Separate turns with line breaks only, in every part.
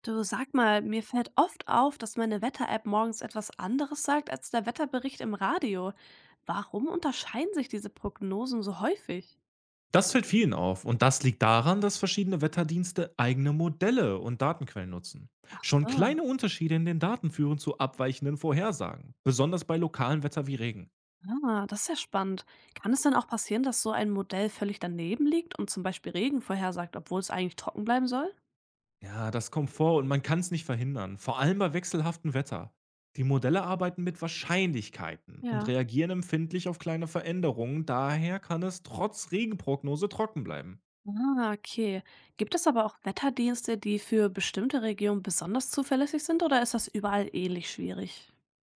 Du sag mal, mir fällt oft auf, dass meine Wetter-App morgens etwas anderes sagt als der Wetterbericht im Radio. Warum unterscheiden sich diese Prognosen so häufig?
Das fällt vielen auf und das liegt daran, dass verschiedene Wetterdienste eigene Modelle und Datenquellen nutzen.
Ach
Schon
so,
kleine Unterschiede in den Daten führen zu abweichenden Vorhersagen, besonders bei lokalem Wetter wie Regen.
ah, das ist ja spannend. Kann es denn auch passieren, dass so ein Modell völlig daneben liegt und zum Beispiel Regen vorhersagt, obwohl es eigentlich trocken bleiben soll?
Ja, das kommt vor und man kann es nicht verhindern, vor allem bei wechselhaftem Wetter. Die Modelle arbeiten mit Wahrscheinlichkeiten und
Ja.
reagieren empfindlich auf kleine Veränderungen, daher kann es trotz Regenprognose trocken bleiben.
Ah, okay. Gibt es aber auch Wetterdienste, die für bestimmte Regionen besonders zuverlässig sind oder ist das überall ähnlich schwierig?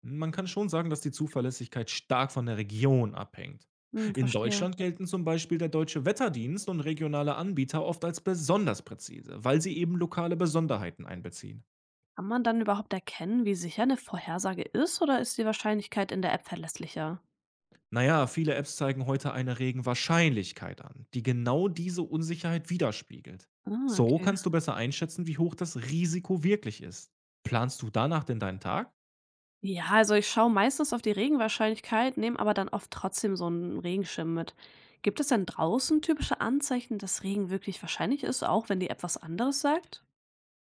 Man kann schon sagen, dass die Zuverlässigkeit stark von der Region abhängt.
Hm,
In
verstehe.
Deutschland gelten zum Beispiel der deutsche Wetterdienst und regionale Anbieter oft als besonders präzise, weil sie eben lokale Besonderheiten einbeziehen.
Kann man dann überhaupt erkennen, wie sicher eine Vorhersage ist oder ist die Wahrscheinlichkeit in der App verlässlicher?
Naja, viele Apps zeigen heute eine Regenwahrscheinlichkeit an, die genau diese Unsicherheit widerspiegelt.
Ah,
So
okay.
kannst du besser einschätzen, wie hoch das Risiko wirklich ist. Planst du danach denn deinen Tag?
Ja, also ich schaue meistens auf die Regenwahrscheinlichkeit, nehme aber dann oft trotzdem so einen Regenschirm mit. Gibt es denn draußen typische Anzeichen, dass Regen wirklich wahrscheinlich ist, auch wenn die App was anderes sagt?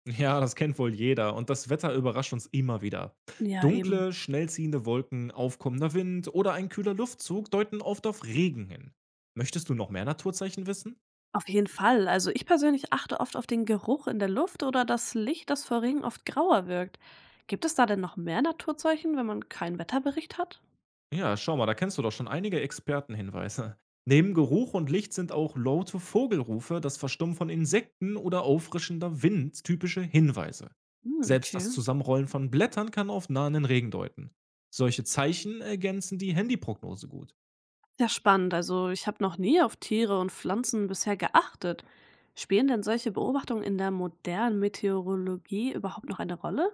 Ja, das kennt wohl jeder und das Wetter überrascht uns immer wieder.
Ja, eben.
Dunkle, schnell ziehende Wolken, aufkommender Wind oder ein kühler Luftzug deuten oft auf Regen hin. Möchtest du noch mehr Naturzeichen wissen?
Auf jeden Fall. Also ich persönlich achte oft auf den Geruch in der Luft oder das Licht, das vor Regen oft grauer wirkt. Gibt es da denn noch mehr Naturzeichen, wenn man keinen Wetterbericht hat?
Ja, schau mal, da kennst du doch schon einige Expertenhinweise. Neben Geruch und Licht sind auch laute Vogelrufe, das Verstummen von Insekten oder auffrischender Wind typische Hinweise.
Hm,
Selbst
okay.
das Zusammenrollen von Blättern kann auf nahenden Regen deuten. Solche Zeichen ergänzen die Handyprognose gut.
Sehr spannend. Also ich habe noch nie auf Tiere und Pflanzen bisher geachtet. Spielen denn solche Beobachtungen in der modernen Meteorologie überhaupt noch eine Rolle?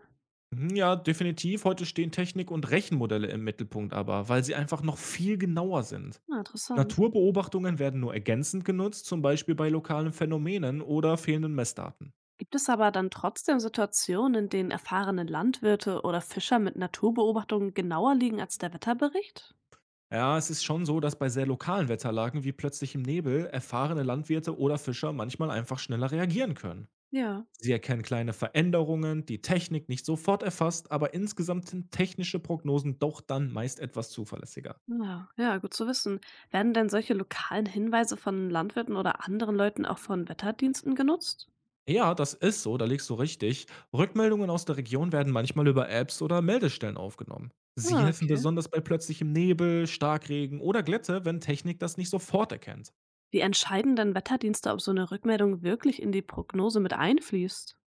Mhm, ja, definitiv. Heute stehen Technik und Rechenmodelle im Mittelpunkt aber, weil sie einfach noch viel genauer sind.
Na, interessant.
Naturbeobachtungen werden nur ergänzend genutzt, zum Beispiel bei lokalen Phänomenen oder fehlenden Messdaten.
Gibt es aber dann trotzdem Situationen, in denen erfahrene Landwirte oder Fischer mit Naturbeobachtungen genauer liegen als der Wetterbericht?
Ja, es ist schon so, dass bei sehr lokalen Wetterlagen wie plötzlichem Nebel erfahrene Landwirte oder Fischer manchmal einfach schneller reagieren können.
Ja.
Sie erkennen kleine Veränderungen, die Technik nicht sofort erfasst, aber insgesamt sind technische Prognosen doch dann meist etwas zuverlässiger.
Ja, gut zu wissen. Werden denn solche lokalen Hinweise von Landwirten oder anderen Leuten auch von Wetterdiensten genutzt?
Ja, das ist so, da liegst du richtig. Rückmeldungen aus der Region werden manchmal über Apps oder Meldestellen aufgenommen. Sie
Ah,
helfen
okay.
besonders bei plötzlichem Nebel, Starkregen oder Glätte, wenn Technik das nicht sofort erkennt.
Wie entscheiden denn Wetterdienste, ob so eine Rückmeldung wirklich in die Prognose mit einfließt?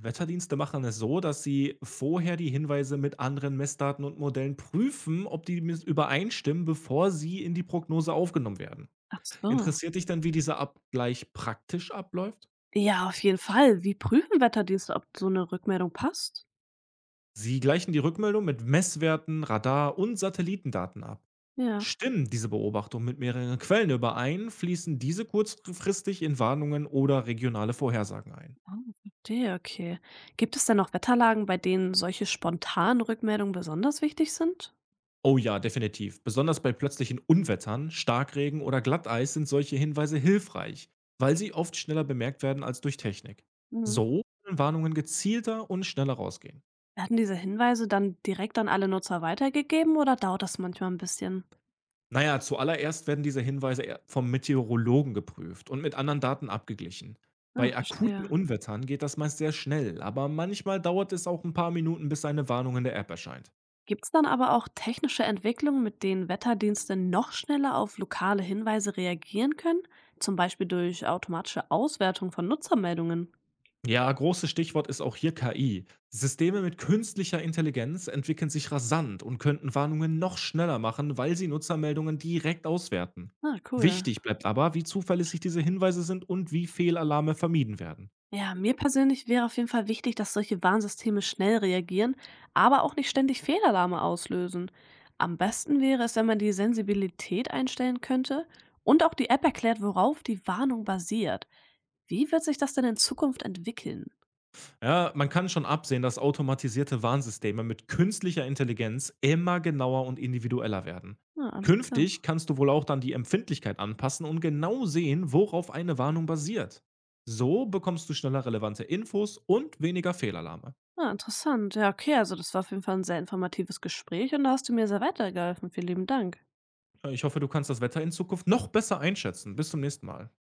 Wetterdienste machen es so, dass sie vorher die Hinweise mit anderen Messdaten und Modellen prüfen, ob die übereinstimmen, bevor sie in die Prognose aufgenommen werden.
Ach so.
Interessiert dich denn, wie dieser Abgleich praktisch abläuft?
Ja, auf jeden Fall. Wie prüfen Wetterdienste, ob so eine Rückmeldung passt?
Sie gleichen die Rückmeldung mit Messwerten, Radar und Satellitendaten ab.
Ja.
Stimmen diese Beobachtungen mit mehreren Quellen überein, fließen diese kurzfristig in Warnungen oder regionale Vorhersagen ein.
Ah, verstehe, okay. Gibt es denn noch Wetterlagen, bei denen solche spontanen Rückmeldungen besonders wichtig sind?
Oh ja, definitiv. Besonders bei plötzlichen Unwettern, Starkregen oder Glatteis sind solche Hinweise hilfreich, weil sie oft schneller bemerkt werden als durch Technik.
Mhm.
So können Warnungen gezielter und schneller rausgehen.
Werden diese Hinweise dann direkt an alle Nutzer weitergegeben oder dauert das manchmal ein bisschen?
Na ja, zuallererst werden diese Hinweise e vom Meteorologen geprüft und mit anderen Daten abgeglichen.
Ah,
Bei akuten
verstehe.
Unwettern geht das meist sehr schnell, aber manchmal dauert es auch ein paar Minuten, bis eine Warnung in der App erscheint.
Gibt es dann aber auch technische Entwicklungen, mit denen Wetterdienste noch schneller auf lokale Hinweise reagieren können? Zum Beispiel durch automatische Auswertung von Nutzermeldungen.
Ja, großes Stichwort ist auch hier KI. Systeme mit künstlicher Intelligenz entwickeln sich rasant und könnten Warnungen noch schneller machen, weil sie Nutzermeldungen direkt auswerten.
Ah, cool.
Wichtig bleibt aber, wie zuverlässig diese Hinweise sind und wie Fehlalarme vermieden werden.
Ja, mir persönlich wäre auf jeden Fall wichtig, dass solche Warnsysteme schnell reagieren, aber auch nicht ständig Fehlalarme auslösen. Am besten wäre es, wenn man die Sensibilität einstellen könnte und auch die App erklärt, worauf die Warnung basiert. Wie wird sich das denn in Zukunft entwickeln?
Ja, man kann schon absehen, dass automatisierte Warnsysteme mit künstlicher Intelligenz immer genauer und individueller werden.
Ah, alles klar.
Künftig kannst du wohl auch dann die Empfindlichkeit anpassen und genau sehen, worauf eine Warnung basiert. So bekommst du schneller relevante Infos und weniger Fehlalarme.
Ah, interessant. Ja, okay, also das war auf jeden Fall ein sehr informatives Gespräch und da hast du mir sehr weitergeholfen. Vielen lieben Dank.
Ja, ich hoffe, du kannst das Wetter in Zukunft noch besser einschätzen. Bis zum nächsten Mal.